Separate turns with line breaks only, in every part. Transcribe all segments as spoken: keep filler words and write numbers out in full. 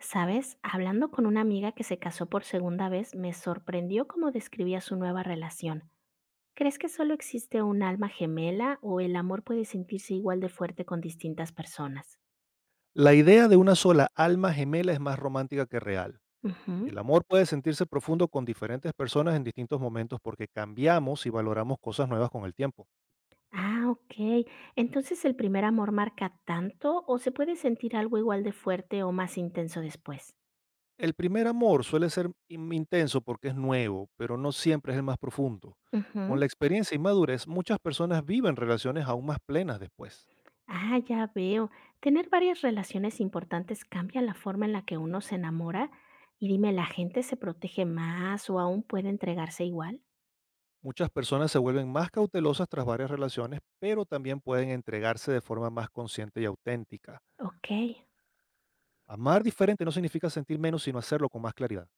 ¿Sabes? Hablando con una amiga que se casó por segunda vez, me sorprendió cómo describía su nueva relación. ¿Crees que solo existe un alma gemela o el amor puede sentirse igual de fuerte con distintas personas?
La idea de una sola alma gemela es más romántica que real. El
Ujú.
amor puede sentirse profundo con diferentes personas en distintos momentos porque cambiamos y valoramos cosas nuevas con el tiempo.
Ah, ok. Entonces, ¿el primer amor marca tanto o se puede sentir algo igual de fuerte o más intenso después?
El primer amor suele ser in- intenso porque es nuevo, pero no siempre es el más profundo. Con
Ujú.
la experiencia y madurez, muchas personas viven relaciones aún más plenas después.
Ah, ya veo. Tener varias relaciones importantes cambia la forma en la que uno se enamora. Y dime, ¿la gente se protege más o aún puede entregarse igual?
Muchas personas se vuelven más cautelosas tras varias relaciones, pero también pueden entregarse de forma más consciente y auténtica.
Ok,
Amar diferente no significa sentir menos, sino hacerlo con más claridad.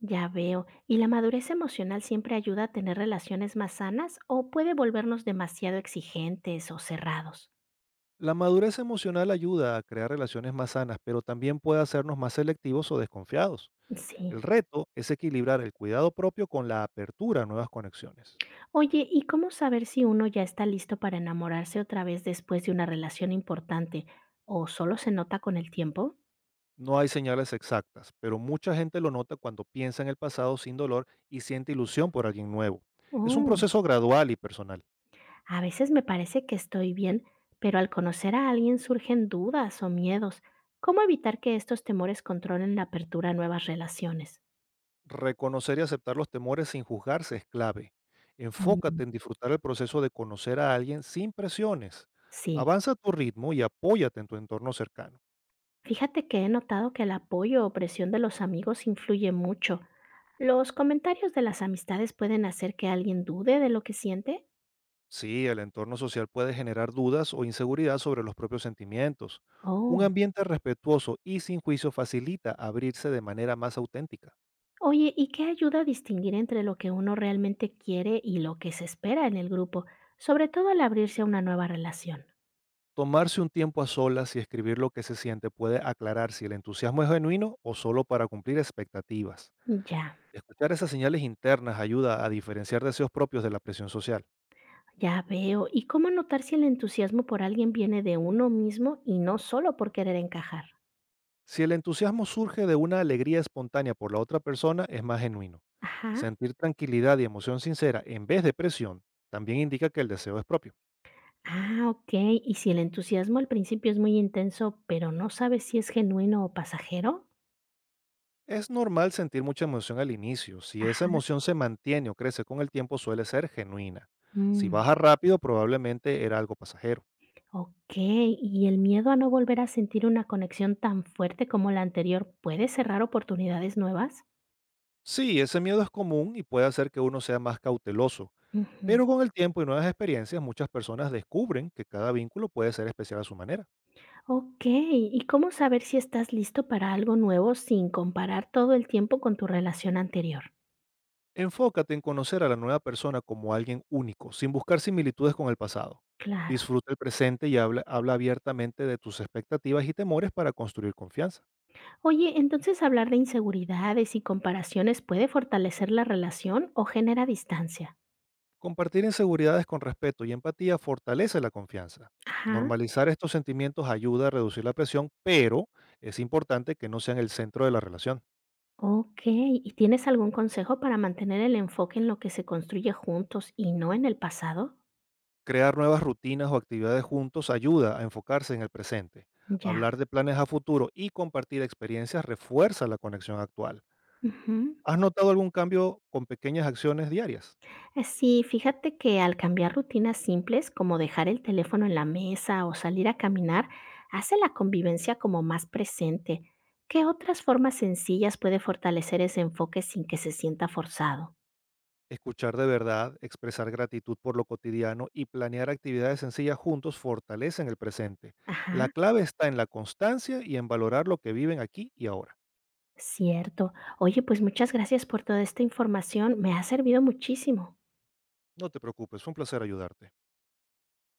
ya veo. ¿Y la madurez emocional siempre ayuda a tener relaciones más sanas o puede volvernos demasiado exigentes o cerrados?
La madurez emocional ayuda a crear relaciones más sanas, pero también puede hacernos más selectivos o desconfiados.
Sí.
El reto es equilibrar el cuidado propio con la apertura a nuevas conexiones.
Oye, ¿y cómo saber si uno ya está listo para enamorarse otra vez después de una relación importante o solo se nota con el tiempo?
No hay señales exactas, pero mucha gente lo nota cuando piensa en el pasado sin dolor y siente ilusión por alguien nuevo. Es un
Oh.
proceso gradual y personal.
A veces me parece que estoy bien, pero al conocer a alguien surgen dudas o miedos. ¿Cómo evitar que estos temores controlen la apertura a nuevas relaciones?
Reconocer y aceptar los temores sin juzgarse es clave.
Mm.
Enfócate en disfrutar el proceso de conocer a alguien sin presiones.
Sí,
Avanza a tu ritmo y apóyate en tu entorno cercano.
fíjate que he notado que el apoyo o presión de los amigos influye mucho. ¿Los comentarios de las amistades pueden hacer que alguien dude de lo que siente?
Sí, el entorno social puede generar dudas o inseguridad sobre los propios sentimientos. Un
Oh,
ambiente respetuoso y sin juicio facilita abrirse de manera más auténtica.
oye, ¿y qué ayuda a distinguir entre lo que uno realmente quiere y lo que se espera en el grupo, sobre todo al abrirse a una nueva relación?
Tomarse un tiempo a solas y escribir lo que se siente puede aclarar si el entusiasmo es genuino o solo para cumplir expectativas.
Ya,
Escuchar esas señales internas ayuda a diferenciar deseos propios de la presión social.
ya veo. ¿Y cómo notar si el entusiasmo por alguien viene de uno mismo y no solo por querer encajar?
Si el entusiasmo surge de una alegría espontánea por la otra persona, es más genuino.
Ajá.
Sentir tranquilidad y emoción sincera en vez de presión también indica que el deseo es propio.
Ah, ok. ¿Y si el entusiasmo al principio es muy intenso, pero no sabes si es genuino o pasajero?
Es normal sentir mucha emoción al inicio. Si esa
Ajá.
emoción se mantiene o crece con el tiempo, suele ser genuina. Si
Mm,
baja rápido, probablemente era algo pasajero.
ok. ¿Y el miedo a no volver a sentir una conexión tan fuerte como la anterior puede cerrar oportunidades nuevas?
Sí, ese miedo es común y puede hacer que uno sea más cauteloso,
Ujú.
pero con el tiempo y nuevas experiencias, muchas personas descubren que cada vínculo puede ser especial a su manera.
Ok. ¿Y cómo saber si estás listo para algo nuevo sin comparar todo el tiempo con tu relación anterior?
Enfócate en conocer a la nueva persona como alguien único, sin buscar similitudes con el pasado.
Claro.
Disfruta el presente y habla, habla abiertamente de tus expectativas y temores para construir confianza.
Oye, entonces hablar de inseguridades y comparaciones puede fortalecer la relación o genera distancia.
Compartir inseguridades con respeto y empatía fortalece la confianza.
Ajá.
Normalizar estos sentimientos ayuda a reducir la presión, pero es importante que no sean el centro de la relación.
Ok, ¿y tienes algún consejo para mantener el enfoque en lo que se construye juntos y no en el pasado?
Crear nuevas rutinas o actividades juntos ayuda a enfocarse en el presente.
Ya.
Hablar de planes a futuro y compartir experiencias refuerza la conexión actual.
Ujú.
¿Has notado algún cambio con pequeñas acciones diarias?
Eh, Sí, fíjate que al cambiar rutinas simples como dejar el teléfono en la mesa o salir a caminar, hace la convivencia como más presente. ¿Qué otras formas sencillas puede fortalecer ese enfoque sin que se sienta forzado?
Escuchar de verdad, expresar gratitud por lo cotidiano y planear actividades sencillas juntos fortalecen el presente. La
Ajá.
clave está en la constancia y en valorar lo que viven aquí y ahora.
Cierto. Oye, pues muchas gracias por toda esta información, me ha servido muchísimo.
No te preocupes, fue un placer ayudarte.